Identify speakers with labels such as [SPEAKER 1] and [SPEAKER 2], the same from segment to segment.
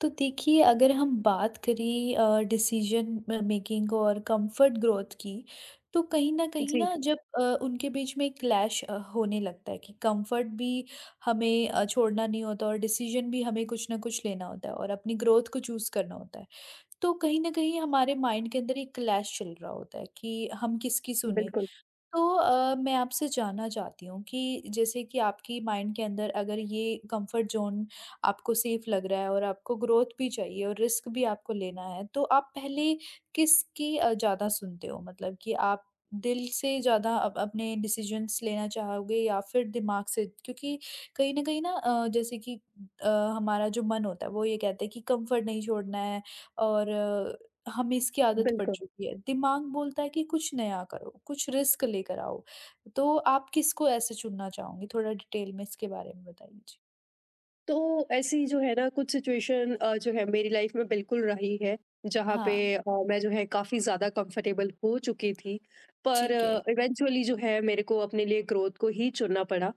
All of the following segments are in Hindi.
[SPEAKER 1] तो देखिए अगर हम बात करें डिसीजन मेकिंग और कंफर्ट ग्रोथ की तो कहीं
[SPEAKER 2] जी,
[SPEAKER 1] ना जब उनके बीच में क्लैश होने लगता है कि कंफर्ट भी हमें छोड़ना नहीं होता और डिसीजन भी हमें कुछ ना कुछ लेना होता है और अपनी ग्रोथ को चूज करना होता है। तो कहीं ना कहीं हमारे माइंड के अंदर एक क्लैश चल रहा होता है कि हम किसकी सुने।
[SPEAKER 2] बिल्कुल,
[SPEAKER 1] तो मैं आपसे जानना चाहती हूँ कि जैसे कि आपकी माइंड के अंदर अगर ये कंफर्ट ज़ोन आपको सेफ़ लग रहा है और आपको ग्रोथ भी चाहिए और रिस्क भी आपको लेना है, तो आप पहले किसकी ज़्यादा सुनते हो? मतलब कि आप दिल से ज़्यादा अप अपने डिसीज़न्स लेना चाहोगे या फिर दिमाग से? क्योंकि कहीं न कहीं ना जैसे कि अ, हमारा जो मन होता है, वो ये कहता है कि कंफर्ट नहीं छोड़ना है और हमें इसकी आदत पड़
[SPEAKER 2] बिल्कुल।
[SPEAKER 1] चुकी है। दिमाग बोलता है कि कुछ नया करो, कुछ रिस्क लेकर आओ। तो आप किसको ऐसे चुनना चाहोगे? थोड़ा डिटेल में इसके बारे में बताइए? जी।
[SPEAKER 2] तो ऐसी जो है ना कुछ सिचुएशन जो है मेरी लाइफ़ में बिल्कुल रही है, जहाँ पे
[SPEAKER 1] हाँ,
[SPEAKER 2] मैं जो है काफ़ी ज़्यादा कंफर्टेबल हो चुकी थी। पर
[SPEAKER 1] ठीक है।
[SPEAKER 2] इवेंचुअली जो है मेरे को अपने लिए ग्रोथ को ही चुनना पड़ा।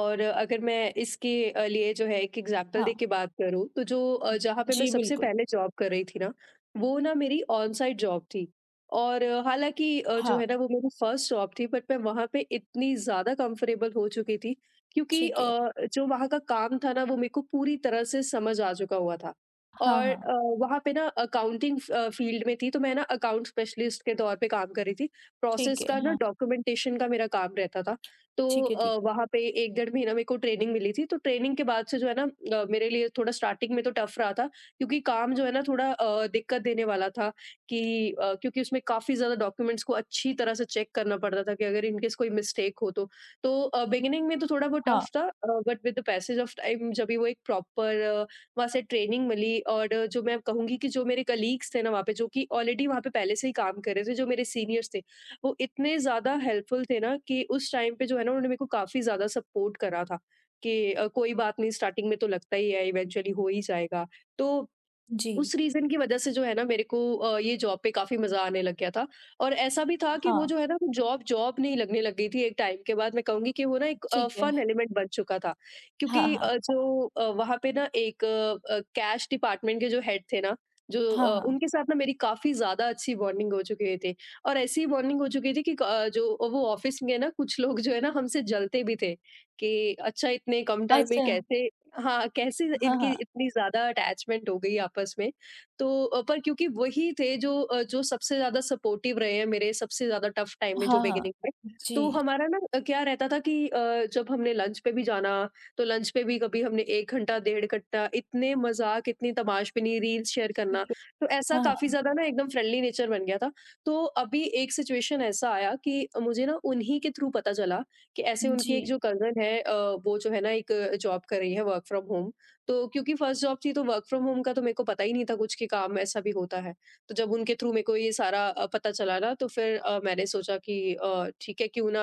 [SPEAKER 2] और अगर मैं इसके लिए जो है एक एग्ज़ाम्पल दे
[SPEAKER 1] हाँ।
[SPEAKER 2] के बात करूँ, तो जहाँ पे मैं
[SPEAKER 1] जी,
[SPEAKER 2] सबसे
[SPEAKER 1] बिल्कुल।
[SPEAKER 2] पहले जॉब कर रही थी ना, वो ना मेरी ऑन साइट जॉब थी। और हालाँकि जो
[SPEAKER 1] हाँ,
[SPEAKER 2] है ना वो मेरी फर्स्ट जॉब थी, बट मैं वहाँ पे इतनी ज़्यादा कंफर्टेबल हो चुकी थी, क्योंकि
[SPEAKER 1] ठीक है।
[SPEAKER 2] जो वहाँ का काम था ना वो मेरे को पूरी तरह से समझ आ चुका हुआ था।
[SPEAKER 1] हाँ,
[SPEAKER 2] और
[SPEAKER 1] हाँ।
[SPEAKER 2] वहाँ पे ना अकाउंटिंग फील्ड में थी, तो मैं ना अकाउंट स्पेशलिस्ट के तौर पे काम कर रही थी।
[SPEAKER 1] ठीक
[SPEAKER 2] प्रोसेस
[SPEAKER 1] है,
[SPEAKER 2] का ना
[SPEAKER 1] हाँ।
[SPEAKER 2] डॉक्यूमेंटेशन का मेरा काम रहता था। तो
[SPEAKER 1] ठीक है, ठीक है।
[SPEAKER 2] वहाँ पे एक डेढ़ महीना मेरे को ट्रेनिंग मिली थी। तो ट्रेनिंग के बाद से जो है ना मेरे लिए थोड़ा स्टार्टिंग में तो टफ रहा था, क्योंकि काम जो है ना थोड़ा दिक्कत देने वाला था। कि क्योंकि उसमें काफ़ी ज़्यादा डॉक्यूमेंट्स को अच्छी तरह से चेक करना पड़ता था, कि अगर इनकेस कोई मिस्टेक हो तो बिगिनिंग में तो थोड़ा वो
[SPEAKER 1] हाँ,
[SPEAKER 2] टफ था। But with the passage of time, जब भी वो एक प्रॉपर वहाँ से ट्रेनिंग मिली, और जो मैं कहूँगी कि जो मेरे कलीग्स थे ना वहाँ पे, जो कि ऑलरेडी वहाँ पे पहले से ही काम कर रहे थे, जो मेरे सीनियर्स थे, वो इतने ज़्यादा हेल्पफुल थे ना, कि उस टाइम पे जो है ना उन्होंने मेरे को काफ़ी ज़्यादा सपोर्ट करा था कि कोई बात नहीं, स्टार्टिंग में तो लगता ही है, इवेंचुअली हो ही जाएगा। तो
[SPEAKER 1] जी।
[SPEAKER 2] उस रीज़न की वज़ह से जो है ना मेरे को ये जॉब पे काफ़ी मज़ा आने लग गया था। और ऐसा भी था कि वो
[SPEAKER 1] हाँ,
[SPEAKER 2] जो है ना वो जॉब जॉब नहीं लगने लग गई थी एक टाइम के बाद। मैं कहूँगी कि वो ना एक
[SPEAKER 1] ठीक है।
[SPEAKER 2] फ़न एलिमेंट बन चुका था,
[SPEAKER 1] हाँ,
[SPEAKER 2] क्योंकि
[SPEAKER 1] हाँ।
[SPEAKER 2] वहाँ पे ना एक कैश डिपार्टमेंट के जो हेड थे ना,
[SPEAKER 1] हाँ, हाँ।
[SPEAKER 2] उनके साथ ना मेरी काफ़ी ज़्यादा अच्छी बॉन्डिंग हो चुकी थी। और ऐसी बॉन्डिंग हो चुकी थी कि जो वो ऑफ़िस में ना कुछ लोग जो है ना हमसे जलते भी थे, कि अच्छा, इतने कम टाइम में
[SPEAKER 1] अच्छा।
[SPEAKER 2] कैसे, हाँ, कैसे
[SPEAKER 1] हाँ,
[SPEAKER 2] इनकी
[SPEAKER 1] हाँ।
[SPEAKER 2] इतनी ज़्यादा अटैचमेंट हो गई आपस में। तो पर क्योंकि वही थे जो जो सबसे ज़्यादा सपोर्टिव रहे हैं मेरे सबसे ज़्यादा टफ़ टाइम में, जो
[SPEAKER 1] हाँ, हाँ।
[SPEAKER 2] बिगिनिंग में। तो
[SPEAKER 1] जी,
[SPEAKER 2] हमारा ना क्या रहता था कि जब हमने लंच पे भी जाना, तो लंच पे भी कभी हमने 1 घंटा, डेढ़ घंटा इतने मज़ाक, इतनी तमाशबीनी, रील्स शेयर करना।
[SPEAKER 1] ठीक है।
[SPEAKER 2] तो ऐसा
[SPEAKER 1] हाँ,
[SPEAKER 2] काफ़ी
[SPEAKER 1] हाँ।
[SPEAKER 2] ज़्यादा ना एकदम फ्रेंडली नेचर बन गया था। तो अभी एक सिचुएशन ऐसा आया कि मुझे ना उन्हीं के थ्रू पता चला कि ऐसे
[SPEAKER 1] जी।
[SPEAKER 2] उनकी एक जो कज़न है वो जो है ना एक जॉब कर रही है वर्क फ्रॉम होम। तो क्योंकि फर्स्ट जॉब थी, तो वर्क फ्रॉम होम का तो मेरे को पता ही नहीं था कुछ, कि काम ऐसा भी होता है। तो जब उनके थ्रू मेरे को ये सारा पता चला ना, तो फिर मैंने सोचा कि ठीक है, क्यों ना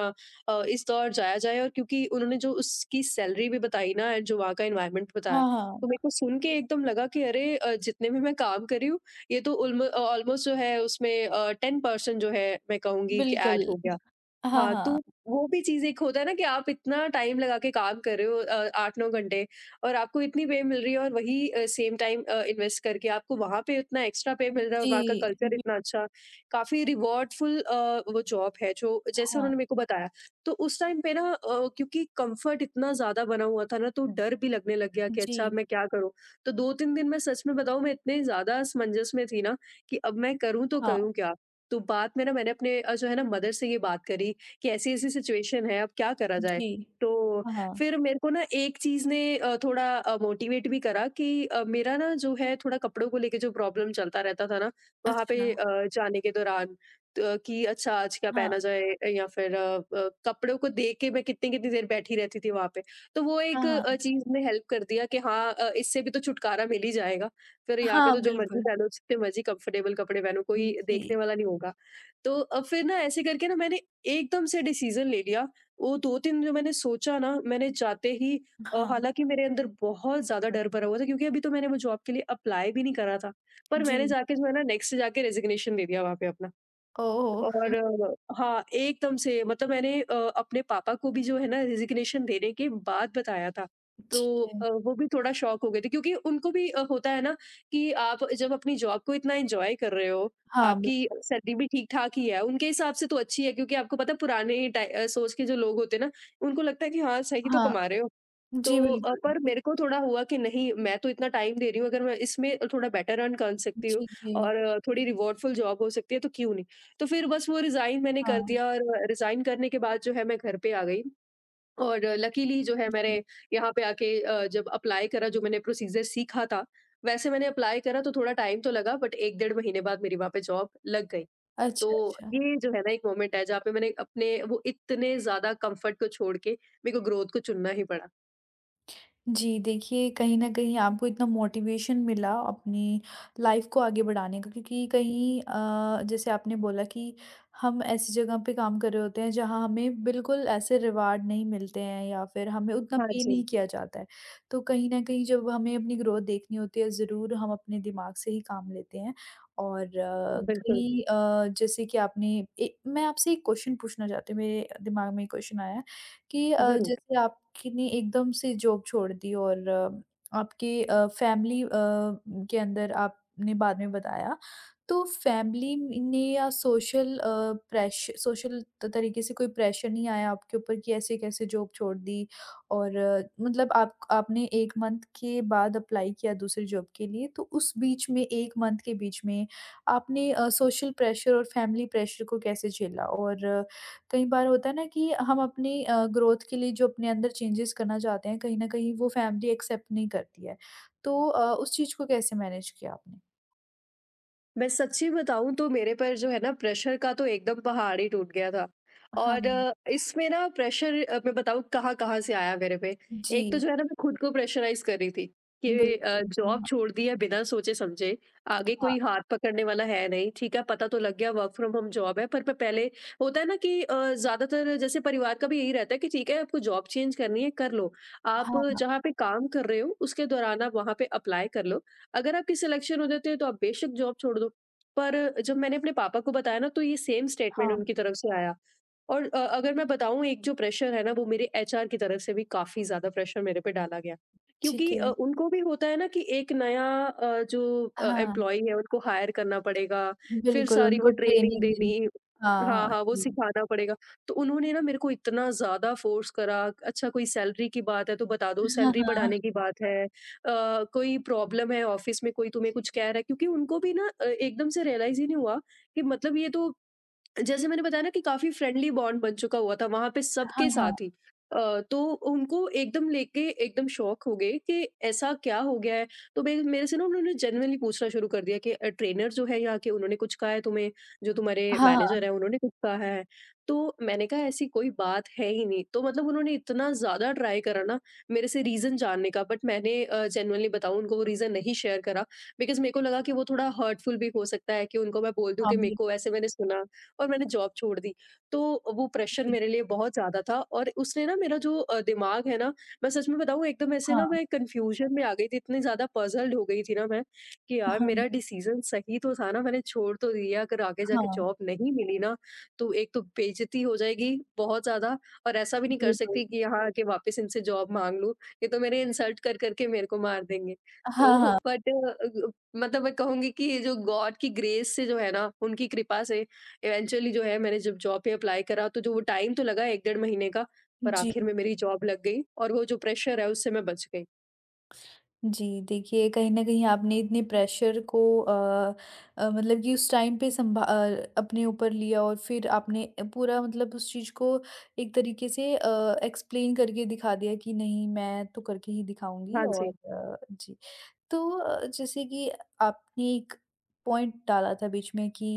[SPEAKER 2] इस दौर जाया जाए। और क्योंकि उन्होंने जो उसकी सैलरी भी बताई ना एंड जो वहाँ का एनवायरनमेंट बताया,
[SPEAKER 1] हाँ,
[SPEAKER 2] तो
[SPEAKER 1] हाँ।
[SPEAKER 2] मेरे को सुन के एकदम लगा कि अरे जितने भी मैं काम कर रही हूँ, ये तो ऑलमोस्ट जो है उसमें 10% जो है मैं कहूँगी कि
[SPEAKER 1] बिल्कुल।
[SPEAKER 2] ऐड हो गया।
[SPEAKER 1] हाँ,
[SPEAKER 2] हाँ, तो
[SPEAKER 1] हाँ।
[SPEAKER 2] वो भी चीज़ एक होता है ना कि आप इतना टाइम लगा के काम कर रहे हो 8-9 घंटे, और आपको इतनी पे मिल रही है, और वही सेम टाइम इन्वेस्ट करके आपको वहाँ पे उतना एक्स्ट्रा पे मिल रहा है, और
[SPEAKER 1] जी,
[SPEAKER 2] वहाँ का कल्चर
[SPEAKER 1] बि
[SPEAKER 2] इतना अच्छा, काफ़ी रिवॉर्डफुल वो जॉब है, जो जैसे
[SPEAKER 1] हाँ।
[SPEAKER 2] उन्होंने मेरे को बताया। तो उस टाइम पे ना क्योंकि कम्फ़र्ट इतना ज़्यादा बना हुआ था ना, तो डर भी लगने लग गया कि अच्छा, अब
[SPEAKER 1] जी,
[SPEAKER 2] मैं क्या करूँ? तो 2-3 दिन, मैं सच में बताऊँ, मैं इतने ज़्यादा असमंजस में थी ना, कि अब मैं करूँ तो
[SPEAKER 1] हाँ,
[SPEAKER 2] करूँ क्या? तो बाद में ना मैंने अपने जो है ना मदर से ये बात करी कि ऐसी-ऐसी सिचुएशन है, अब क्या करा जाए?
[SPEAKER 1] जी,
[SPEAKER 2] तो
[SPEAKER 1] हाँ।
[SPEAKER 2] फिर मेरे को ना एक चीज़ ने थोड़ा मोटिवेट भी करा कि मेरा ना जो है थोड़ा कपड़ों को लेके जो प्रॉब्लम चलता रहता था ना, वहाँ
[SPEAKER 1] अच्छा,
[SPEAKER 2] पे जाने के दौरान, त कि अच्छा, आज क्या
[SPEAKER 1] हाँ,
[SPEAKER 2] पहना जाए, या फिर कपड़ों को देख के मैं कितनी-कितनी देर बैठी रहती थी वहाँ पे। तो वो
[SPEAKER 1] हाँ,
[SPEAKER 2] एक
[SPEAKER 1] हाँ।
[SPEAKER 2] चीज़ ने हेल्प कर दिया कि हाँ इससे भी तो छुटकारा मिल ही जाएगा। फिर यहाँ पे
[SPEAKER 1] हाँ,
[SPEAKER 2] तो जो मर्ज़ी
[SPEAKER 1] बिल्कुल।
[SPEAKER 2] पहनो, जितने मर्ज़ी कंफर्टेबल कपड़े पहनो, कोई देखने
[SPEAKER 1] जी,
[SPEAKER 2] वाला नहीं होगा। तो फिर ना ऐसे करके ना मैंने एकदम से डिसीज़न ले लिया। वो 2-3 जो मैंने सोचा ना, मैंने जाते ही
[SPEAKER 1] हाँ,
[SPEAKER 2] हालाँकि मेरे अंदर बहुत ज़्यादा डर भरा हुआ था, क्योंकि अभी तो मैंने वो जॉब के लिए अप्लाई भी नहीं करा था। पर मैंने
[SPEAKER 1] जी।
[SPEAKER 2] जाके जो है ना नेक्स्ट, जाके रेज़िग्नेशन दे दिया वहाँ पे अपना। और
[SPEAKER 1] ओह!
[SPEAKER 2] हाँ, एकदम से, मतलब मैंने अपने पापा को भी जो है ना रेज़िग्नेशन देने के बाद बताया था। तो
[SPEAKER 1] ठीक है।
[SPEAKER 2] वो भी थोड़ा शॉक हो गए थे, क्योंकि उनको भी होता है ना कि आप जब अपनी जॉब को इतना एन्जॉय कर रहे हो,
[SPEAKER 1] हाँ,
[SPEAKER 2] आपकी
[SPEAKER 1] बिल्कुल।
[SPEAKER 2] सैलरी भी ठीक-ठाक ही है, उनके हिसाब से तो अच्छी है, क्योंकि आपको पता है पुराने सोच के जो लोग होते हैं ना, उनको लगता है कि हाँ, सही तो
[SPEAKER 1] हाँ,
[SPEAKER 2] कमा रहे हो। तो
[SPEAKER 1] जी, बिल्कुल।
[SPEAKER 2] पर मेरे को थोड़ा हुआ कि नहीं, मैं तो इतना टाइम दे रही हूँ, अगर मैं इसमें थोड़ा बेटर अर्न कर सकती हूँ
[SPEAKER 1] जी, जी,
[SPEAKER 2] और थोड़ी रिवॉर्डफुल जॉब हो सकती है, तो क्यों नहीं? तो फिर बस वो रिज़ाइन मैंने कर
[SPEAKER 1] हाँ,
[SPEAKER 2] दिया, और रिज़ाइन करने के बाद जो है मैं घर पे आ गई। और लकीली जो है
[SPEAKER 1] जी।
[SPEAKER 2] मैंने यहाँ पे आके जब अप्लाई करा, जो मैंने प्रोसीज़र सीखा था, वैसे मैंने अप्लाई करा, तो थोड़ा टाइम तो लगा, बट 1 डेढ़ महीने बाद मेरी वहाँ पे जॉब लग गई।
[SPEAKER 1] अच्छा,
[SPEAKER 2] तो
[SPEAKER 1] अच्छा।
[SPEAKER 2] ये जो है ना एक मोमेंट है जहाँ पे मैंने अपने वो इतने ज़्यादा कम्फ़र्ट को छोड़ के मेरे को ग्रोथ को चुनना ही पड़ा।
[SPEAKER 1] जी, देखिए कहीं न कहीं आपको इतना मोटिवेशन मिला अपनी लाइफ़ को आगे बढ़ाने का क्योंकि कहीं जैसे आपने बोला कि हम ऐसी जगह पे काम कर रहे होते हैं जहाँ हमें बिल्कुल ऐसे रिवार्ड नहीं मिलते हैं या फिर हमें उतना
[SPEAKER 2] हाँ
[SPEAKER 1] पे
[SPEAKER 2] जी,
[SPEAKER 1] नहीं किया जाता है। तो कहीं न कहीं जब हमें अपनी ग्रोथ देखनी होती है ज़रूर हम अपने दिमाग से ही काम लेते हैं और
[SPEAKER 2] बिल्कुल,
[SPEAKER 1] कहीं जैसे कि आपने ए मैं आपसे एक क्वेश्चन पूछना चाहती हूँ मेरे दिमाग में एक क्वेश्चन आया है। कि
[SPEAKER 2] ज़रूर।
[SPEAKER 1] जैसे आपने एकदम से जॉब छोड़ दी और आपके फैमिली के अंदर आपने बाद में बताया, तो फैमिली ने या सोशल अ, प्रेश सोशल त तरीके से कोई प्रेशर नहीं आया आपके ऊपर कि ऐसे कैसे जॉब छोड़ दी और मतलब आप आपने 1 मंथ के बाद अप्लाई किया दूसरी जॉब के लिए, तो उस बीच में 1 मंथ के बीच में आपने सोशल प्रेशर और फैमिली प्रेशर को कैसे झेला? और कई बार होता है ना कि हम अपनी ग्रोथ के लिए जो अपने अंदर चेंजेस करना चाहते हैं, कहीं न कहीं वो फैमिली एक्सेप्ट नहीं करती है। तो उस चीज़ को कैसे मैनेज किया आपने?
[SPEAKER 2] मैं सच्ची बताऊँ तो मेरे पर जो है ना प्रेशर का तो एकदम पहाड़ ही टूट गया था।
[SPEAKER 1] हाँ।
[SPEAKER 2] और इसमें ना प्रेशर, मैं बताऊँ कहाँ-कहाँ से आया मेरे पे। एक तो
[SPEAKER 1] जी,
[SPEAKER 2] जो है ना मैं खुद को प्रेशराइज़ कर रही थी कि जॉब
[SPEAKER 1] बिल्कुल।
[SPEAKER 2] छोड़ दी है बिना सोचे-समझे, आगे
[SPEAKER 1] हाँ,
[SPEAKER 2] कोई हाथ पकड़ने वाला है नहीं, ठीक है पता तो लग गया वर्क फ्रॉम होम जॉब है, पर मैं पहले, होता है ना कि ज़्यादातर जैसे परिवार का भी यही रहता है कि ठीक है, आपको जॉब चेंज करनी है कर लो। आप
[SPEAKER 1] हाँ, हाँ,
[SPEAKER 2] जहाँ पे काम कर रहे हो उसके दौरान आप वहाँ पे अप्लाई कर लो। अगर आपकी सिलेक्शन हो जाती है, तो आप बेशक जॉब छोड़ दो। पर जब मैंने अपने पापा को बताया ना, तो ये सेम
[SPEAKER 1] हाँ,
[SPEAKER 2] स्टेटमेंट
[SPEAKER 1] हाँ,
[SPEAKER 2] उनकी तरफ से आया। और अगर मैं बताऊँ, एक जो प्रेशर है ना, वो मेरे एचआर की तरफ से भी काफ़ी ज़्यादा प्रेशर मेरे पे डाला गया।
[SPEAKER 1] ठीक
[SPEAKER 2] क्योंकि
[SPEAKER 1] है।
[SPEAKER 2] उनको भी होता है ना कि एक नया
[SPEAKER 1] हाँ,
[SPEAKER 2] एम्प्लॉयी है, उनको हायर करना पड़ेगा, फिर
[SPEAKER 1] बिल्कुल
[SPEAKER 2] सारी
[SPEAKER 1] उनको
[SPEAKER 2] वो ट्रेनिंग
[SPEAKER 1] ट्रेनिंग देनी
[SPEAKER 2] देनी,
[SPEAKER 1] पड़ी। हाँ,
[SPEAKER 2] हाँ,
[SPEAKER 1] हाँ,
[SPEAKER 2] हाँ, वो
[SPEAKER 1] जी।
[SPEAKER 2] सिखाना पड़ेगा। तो उन्होंने ना मेरे को इतना ज़्यादा फ़ोर्स करा, अच्छा कोई सैलरी की बात है तो बता दो,
[SPEAKER 1] हाँ,
[SPEAKER 2] सैलरी
[SPEAKER 1] हाँ,
[SPEAKER 2] बढ़ाने की बात है। कोई प्रॉब्लम है ऑफ़िस में, कोई तुम्हें
[SPEAKER 1] जी।
[SPEAKER 2] कुछ कह रहा है, क्योंकि उनको भी ना एकदम से रियलाइज़ ही नहीं हुआ कि मतलब ये तो, जैसे मैंने बताया ना कि काफ़ी फ्रेंडली बॉन्ड बन चुका हुआ था वहाँ पे
[SPEAKER 1] हाँ,
[SPEAKER 2] सबके
[SPEAKER 1] हाँ,
[SPEAKER 2] साथ ही। तो उनको एकदम लेके एकदम शॉक हो गए कि ऐसा क्या हो गया है? तो मे मेरे से ना उन्होंने जेन्युइनली पूछना शुरू कर दिया कि "ट्रेनर जो है यहाँ के, उन्होंने कुछ कहा है तुम्हें? जो तुम्हारे
[SPEAKER 1] हाँ, हाँ,
[SPEAKER 2] मैनेजर हैं उन्होंने कुछ कहा है?" तो मैंने कहा ऐसी कोई बात है ही नहीं। तो मतलब उन्होंने इतना ज़्यादा ट्राई करा ना मेरे से रीज़न जानने का बट मैंने जेन्युइनली बताऊँ उनको वो रीज़न नहीं शेयर करा बिकॉज़ मेरे को लगा कि वो थोड़ा हर्टफुल भी हो सकता है कि उनको मैं बोल दूँ
[SPEAKER 1] हाँ,
[SPEAKER 2] कि मेरे को
[SPEAKER 1] बिल्कुल।
[SPEAKER 2] ऐसे मैंने सुना और मैंने जॉब छोड़ दी। तो वो प्रेशर
[SPEAKER 1] जी,
[SPEAKER 2] मेरे लिए बहुत ज़्यादा था और उसने ना मेरा जो दिमाग है ना, मैं सच में बताऊँ एकदम ऐसे ना
[SPEAKER 1] हाँ,
[SPEAKER 2] मैं कन्फ्यूज़न में आ गई थी, इतनी ज़्यादा पज़ल्ड हो गई थी ना मैं, कि यार
[SPEAKER 1] हाँ,
[SPEAKER 2] मेरा डिसीज़न सही तो था ना, मैंने छोड़ तो दिया, अगर आगे जाके
[SPEAKER 1] हाँ,
[SPEAKER 2] जॉब नहीं मिली ना, तो एक तो बेइज़्ज़ती हो जाएगी बहुत ज़्यादा और ऐसा भी नहीं कर
[SPEAKER 1] बिल्कुल।
[SPEAKER 2] सकती कि यहाँ आके वापस इनसे जॉब माँग लूँ, ये तो मेरे इंसल्ट कर कर के मेरे को मार देंगे।
[SPEAKER 1] हाँ,
[SPEAKER 2] तो
[SPEAKER 1] हाँ,
[SPEAKER 2] बट मतलब मैं कहूँगी कि ये जो गॉड की ग्रेस से जो है ना, उनकी कृपा से इवेंचुअली जो है मैंने जब जॉब पे अप्लाई करा तो जो वो टाइम तो लगा 1 डेढ़ महीने का, पर
[SPEAKER 1] जी।
[SPEAKER 2] आखिर में मेरी जॉब लग गई और वो जो प्रेशर है उससे मैं बच गई।
[SPEAKER 1] जी, देखिए कहीं न कहीं आपने इतने प्रेशर को मतलब कि उस टाइम पे अपने ऊपर लिया और फिर आपने पूरा मतलब उस चीज़ को एक तरीके से एक्सप्लेन करके दिखा दिया कि नहीं मैं तो करके ही दिखाऊँगी
[SPEAKER 2] हाँ
[SPEAKER 1] और
[SPEAKER 2] जी।
[SPEAKER 1] जी। तो जैसे कि आपने एक पॉइंट डाला था बीच में कि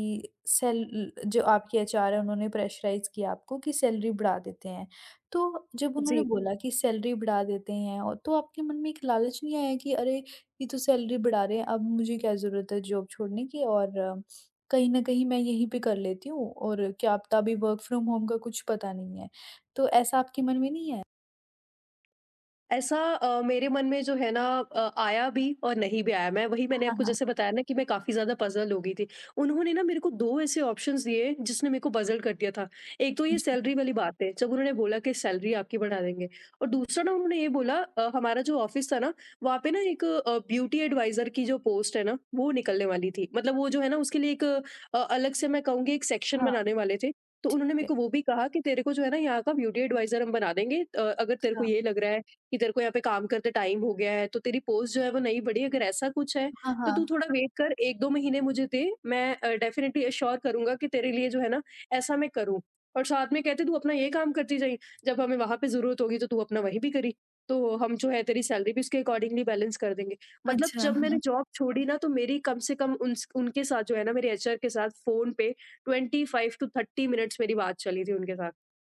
[SPEAKER 1] सेल जो आपके एचआर हैं उन्होंने प्रेशराइज़ किया आपको कि सैलरी बढ़ा देते हैं। तो जब उन्होंने
[SPEAKER 2] जी।
[SPEAKER 1] बोला कि सैलरी बढ़ा देते हैं और तो आपके मन में एक लालच नहीं आया कि अरे! ये तो सैलरी बढ़ा रहे हैं, अब मुझे क्या ज़रूरत है जॉब छोड़ने की और कहीं न कहीं मैं यहीं पे कर लेती हूँ और क्या पता अभी वर्क फ्रॉम होम का कुछ पता नहीं है। तो ऐसा आपके मन में नहीं आया?
[SPEAKER 2] ऐसा मेरे मन में जो है ना आया भी और नहीं भी आया। मैं वही मैंने
[SPEAKER 1] हाँ,
[SPEAKER 2] आपको
[SPEAKER 1] हाँ।
[SPEAKER 2] जैसे बताया ना कि मैं काफ़ी ज़्यादा पज़ल हो गई थी। उन्होंने ना मेरे को 2 ऐसे ऑप्शंस दिए जिसने मेरे को पज़ल्ड कर दिया था। एक तो ये
[SPEAKER 1] जी।
[SPEAKER 2] सैलरी वाली बात है, जब उन्होंने बोला कि सैलरी आपकी बढ़ा देंगे और दूसरा ना उन्होंने ये बोला हमारा जो ऑफ़िस था ना, वहाँ पे ना एक ब्यूटी एडवाइज़र की जो पोस्ट है ना, वो निकलने वाली थी। मतलब वो जो है ना उसके लिए एक अलग से मैं कहूँगी एक सेक्शन
[SPEAKER 1] हाँ,
[SPEAKER 2] बनाने वाले थे। तो
[SPEAKER 1] ठीक
[SPEAKER 2] उन्होंने मेरे
[SPEAKER 1] है।
[SPEAKER 2] को वो भी कहा कि तेरे को जो है ना यहाँ का ब्यूटी एडवाइज़र हम बना देंगे। अगर तेरे को
[SPEAKER 1] अच्छा।
[SPEAKER 2] ये लग रहा है कि तेरे को यहाँ पे काम करते टाइम हो गया है, तो तेरी पोस्ट जो है वो नहीं बढ़ी, अगर ऐसा कुछ है,
[SPEAKER 1] हाँ,
[SPEAKER 2] तो तू
[SPEAKER 1] हाँ।
[SPEAKER 2] थोड़ा वेट कर, 1-2 महीने मुझे दे, मैं डेफ़िनेटली एश्योर करूँगा कि तेरे लिए जो है ना, ऐसा मैं करूँ। और साथ में कहते तू अपना ये काम करती जाई, जब हमें वहाँ पे ज़रूरत होगी तो तू अपना वहीं भी करी, तो हम जो है तेरी सैलरी भी उसके अकॉर्डिंगली बैलेंस कर देंगे। मतलब
[SPEAKER 1] अच्छा,
[SPEAKER 2] जब मैंने
[SPEAKER 1] हाँ।
[SPEAKER 2] जॉब छोड़ी ना, तो मेरी कम से कम उनस उनके साथ जो है ना, मेरे एचआर के साथ फ़ोन पे 25-30 मिनट्स मेरी बात चली थी उनके साथ।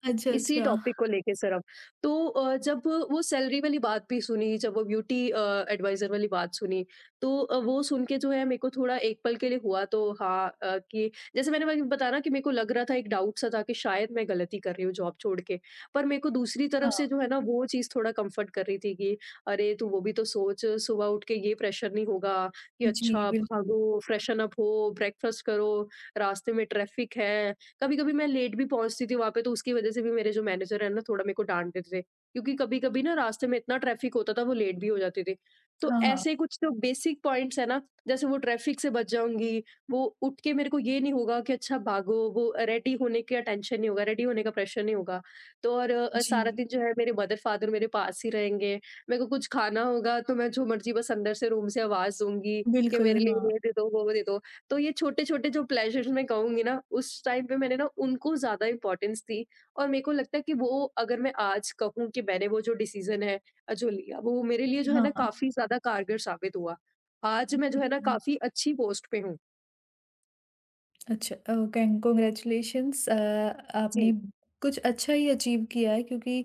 [SPEAKER 1] अच्छा,
[SPEAKER 2] इसी
[SPEAKER 1] अच्छा।
[SPEAKER 2] टॉपिक को लेके सिर्फ। तो जब वो सैलरी वाली बात भी सुनी, जब वो ब्यूटी एडवाइज़र वाली बात सुनी, तो वो सुन के जो है मेरे को थोड़ा एक पल के लिए हुआ तो हाँ कि जैसे मैंने वही बताया ना कि मेरे को लग रहा था एक डाउट सा था कि शायद मैं गलती कर रही हूँ जॉब छोड़ के। पर मेरे को दूसरी तरफ से
[SPEAKER 1] हाँ,
[SPEAKER 2] जो है ना वो चीज़ थोड़ा कम्फ़र्ट कर रही थी कि अरे तू वो भी तो सोच, सुबह उठ के ये प्रेशर नहीं होगा कि
[SPEAKER 1] जी,
[SPEAKER 2] अच्छा
[SPEAKER 1] बिल्कुल।
[SPEAKER 2] भागो, फ्रेशन अप हो, ब्रेकफ़ास्ट करो, रास्ते में ट्रैफ़िक है। कभी-कभी मैं लेट भी पहुँचती थी वहाँ पे, तो उसकी वजह से भी मेरे जो मैनेजर है ना थोड़ा मेरे को डाँटते थे। क्योंकि कभी-कभी ना रास्ते में इतना ट्रैफ़िक होता था वो लेट भी हो जाते थे। तो
[SPEAKER 1] हाँ, हाँ।
[SPEAKER 2] ऐसे कुछ जो बेसिक पॉइंट्स है ना, जैसे वो ट्रैफ़िक से बच जाऊँगी, वो उठ के मेरे को ये नहीं होगा कि अच्छा भागो, वो रेडी होने का टेंशन नहीं होगा, रेडी होने का प्रेशर नहीं होगा। तो और सारा
[SPEAKER 1] जी,
[SPEAKER 2] दिन जो है मेरे मदर-फादर मेरे पास ही रहेंगे। मेरे को कुछ खाना होगा तो मैं जो मर्ज़ी बस अंदर से रूम से आवाज़ दूँगी कि मेरे
[SPEAKER 1] बिल्कुल।
[SPEAKER 2] लिए ये दे दो, वो दे दो। तो ये छोटे-छोटे जो प्लेज़र्स मैं कहूँगी ना, उस टाइम पे मैंने ना उनको ज़्यादा इम्पोर्टेंस दी और मेरे को लगता है कि वो अगर मैं आज कहूँ कि मैंने वो जो डिसीज़न है जो लिया, वो मेरे लिए जो है
[SPEAKER 1] हाँ,
[SPEAKER 2] ना
[SPEAKER 1] हाँ।
[SPEAKER 2] काफ़ी ज़्यादा कारगर साबित हुआ। आज मैं जो है
[SPEAKER 1] ठीक
[SPEAKER 2] ना
[SPEAKER 1] है।
[SPEAKER 2] काफ़ी अच्छी पोस्ट पे हूँ।
[SPEAKER 1] अच्छा, ओह, कन कांग्रेचुलेशंस आपने
[SPEAKER 2] जी,
[SPEAKER 1] कुछ अच्छा ही अचीव किया है क्योंकि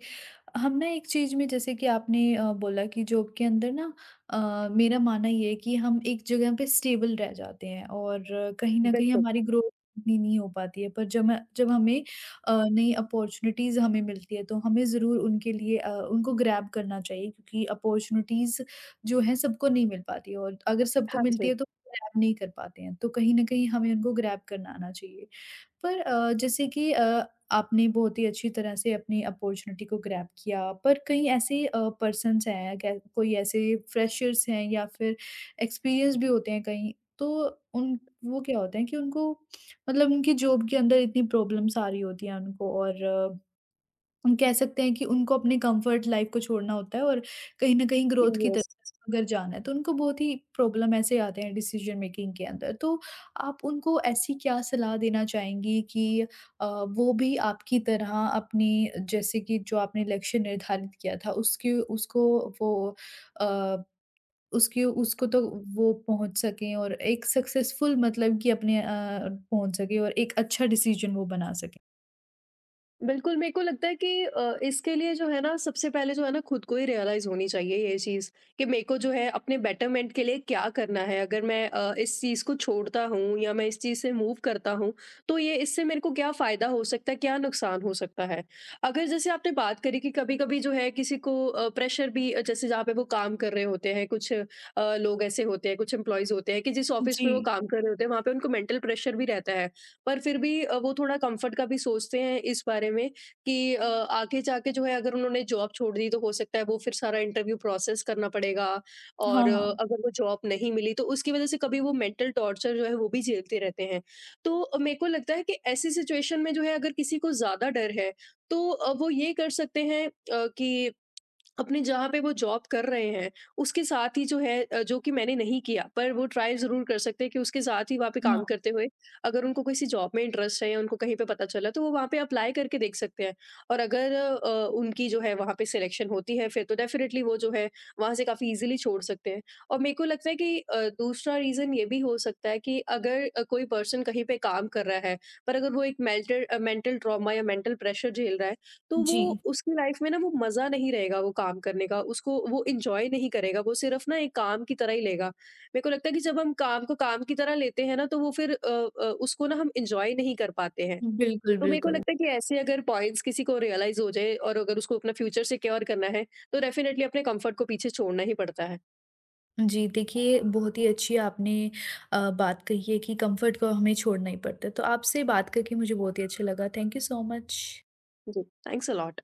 [SPEAKER 1] हम ना एक चीज़ में जैसे कि आपने बोला कि जॉब के अंदर ना मेरा मानना ये है कि हम एक जगह पे स्टेबल रह जाते हैं और कहीं न कहीं
[SPEAKER 2] बिल्कुल।
[SPEAKER 1] हमारी ग्रोथ इतनी नहीं हो पाती है। पर जब हमें नई अपॉर्च्युनिटीज़ हमें मिलती है तो हमें ज़रूर उनके लिए उनको ग्रैब करना चाहिए क्योंकि अपॉर्च्युनिटीज़ जो हैं सबको नहीं मिल पाती है और अगर सबको
[SPEAKER 2] हाँ जी।
[SPEAKER 1] मिलती है तो ग्रैब नहीं कर पाते हैं। तो कहीं न कहीं हमें उनको ग्रैब करना आना चाहिए। पर जैसे कि आपने बहुत ही अच्छी तरह से अपनी अपॉर्च्युनिटी को ग्रैब किया, पर कहीं ऐसे पर्सन्स हैं, कै कोई ऐसे फ्रेशर्स हैं या फिर एक्सपीरियंस भी होते हैं कहीं, तो उन वो क्या होता है कि उनको मतलब उनकी जॉब के अंदर इतनी प्रॉब्लम्स आ रही होती हैं उनको और हम कह सकते हैं कि उनको अपने कंफर्ट लाइफ को छोड़ना होता है और कहीं न कहीं ग्रोथ की तरफ
[SPEAKER 2] यस।
[SPEAKER 1] अगर जाना है, तो उनको बहुत ही प्रॉब्लम ऐसे आते हैं डिसीज़न मेकिंग के अंदर। तो आप उनको ऐसी क्या सलाह देना चाहेंगी कि वो भी आपकी तरह अपनी जैसे कि जो आपने लक्ष्य निर्धारित किया था वो अ, उसकी उसको तो वो पहुँच सकें और एक सक्सेसफुल मतलब कि अपने पहुँच सकें और एक अच्छा डिसीज़न वो बना सकें?
[SPEAKER 2] बिल्कुल, मेरे को लगता है कि इसके लिए जो है ना सबसे पहले जो है ना खुद को ही रियलाइज़ होनी चाहिए ये चीज़ कि मेरे को जो है अपने बेटरमेंट के लिए क्या करना है। अगर मैं इस चीज़ को छोड़ता हूँ या मैं इस चीज़ से मूव करता हूँ, तो ये इससे मेरे को क्या फ़ायदा हो सकता है, क्या नुकसान हो सकता है। अगर जैसे आपने बात करी कि कभी-कभी जो है किसी को प्रेशर भी जैसे जहाँ पे वो काम कर रहे होते हैं, कुछ लोग ऐसे होते हैं, कुछ एम्प्लॉइज़ होते हैं कि जिस ऑफ़िस
[SPEAKER 1] जी।
[SPEAKER 2] में वो काम कर रहे होते हैं, वहाँ पे उनको मेंटल प्रेशर भी रहता है। पर फिर भी वो थोड़ा कम्फ़र्ट का भी सोचते हैं इस बारे में कि आगे जाके जो है अगर उन्होंने जॉब छोड़ दी तो हो सकता है वो फिर सारा इंटरव्यू प्रोसेस करना पड़ेगा और
[SPEAKER 1] हाँ, हाँ।
[SPEAKER 2] अगर वो जॉब नहीं मिली तो उसकी वज़ह से कभी वो मेंटल टॉर्चर जो है वो भी झेलते रहते हैं। तो मेरे को लगता है कि ऐसी सिचुएशन में जो है अगर किसी को ज़्यादा डर है तो वो ये कर सकते हैं कि अपने जहाँ पे वो जॉब कर रहे हैं, उसके साथ ही जो है जो कि मैंने नहीं किया, पर वो ट्राई ज़रूर कर सकते हैं कि उसके साथ ही वहाँ पे काम
[SPEAKER 1] हाँ,
[SPEAKER 2] करते हुए, अगर उनको किसी जॉब में इंटरेस्ट है या उनको कहीं पे पता चला, तो वो वहाँ पे अप्लाई करके देख सकते हैं। और अगर उनकी जो है वहाँ पे सिलेक्शन होती है फिर तो डेफ़िनेटली वो जो है, वहाँ से काफ़ी ईज़िली छोड़ सकते हैं। और मेरे को लगता है कि दूसरा रीज़न ये भी हो सकता है कि अगर कोई पर्सन कहीं पे काम कर रहा है, पर अगर वो एक मेंटल ट्रॉमा या मेंटल प्रेशर झेल रहा है, तो
[SPEAKER 1] जी।
[SPEAKER 2] वो उसकी लाइफ में ना वो मज़ा नहीं रहेगा वो काम करने का, उसको वो एन्जॉय नहीं करेगा, वो सिर्फ़ ना एक काम की तरह ही लेगा। मेरे को लगता है कि जब हम काम को काम की तरह लेते हैं ना तो वो फिर उसको ना हम एन्जॉय नहीं कर पाते हैं।
[SPEAKER 1] बिल्कुल,
[SPEAKER 2] तो मेरे को
[SPEAKER 1] बिल्कुल।
[SPEAKER 2] लगता है कि ऐसे अगर पॉइंट्स किसी को रियलाइज़ हो जाए और अगर उसको अपना फ्यूचर सिक्योर करना है, तो डेफ़िनेटली अपने कम्फर्ट को पीछे छोड़ना ही पड़ता है।
[SPEAKER 1] जी, देखिए बहुत ही अच्छी आपने बात कही है कि कम्फ़र्ट को हमें छोड़ना ही पड़ता है। तो आपसे बात करके मुझे बहुत ही अच्छा लगा। Thank you so much.
[SPEAKER 2] जी, थैंक्स अ लॉट।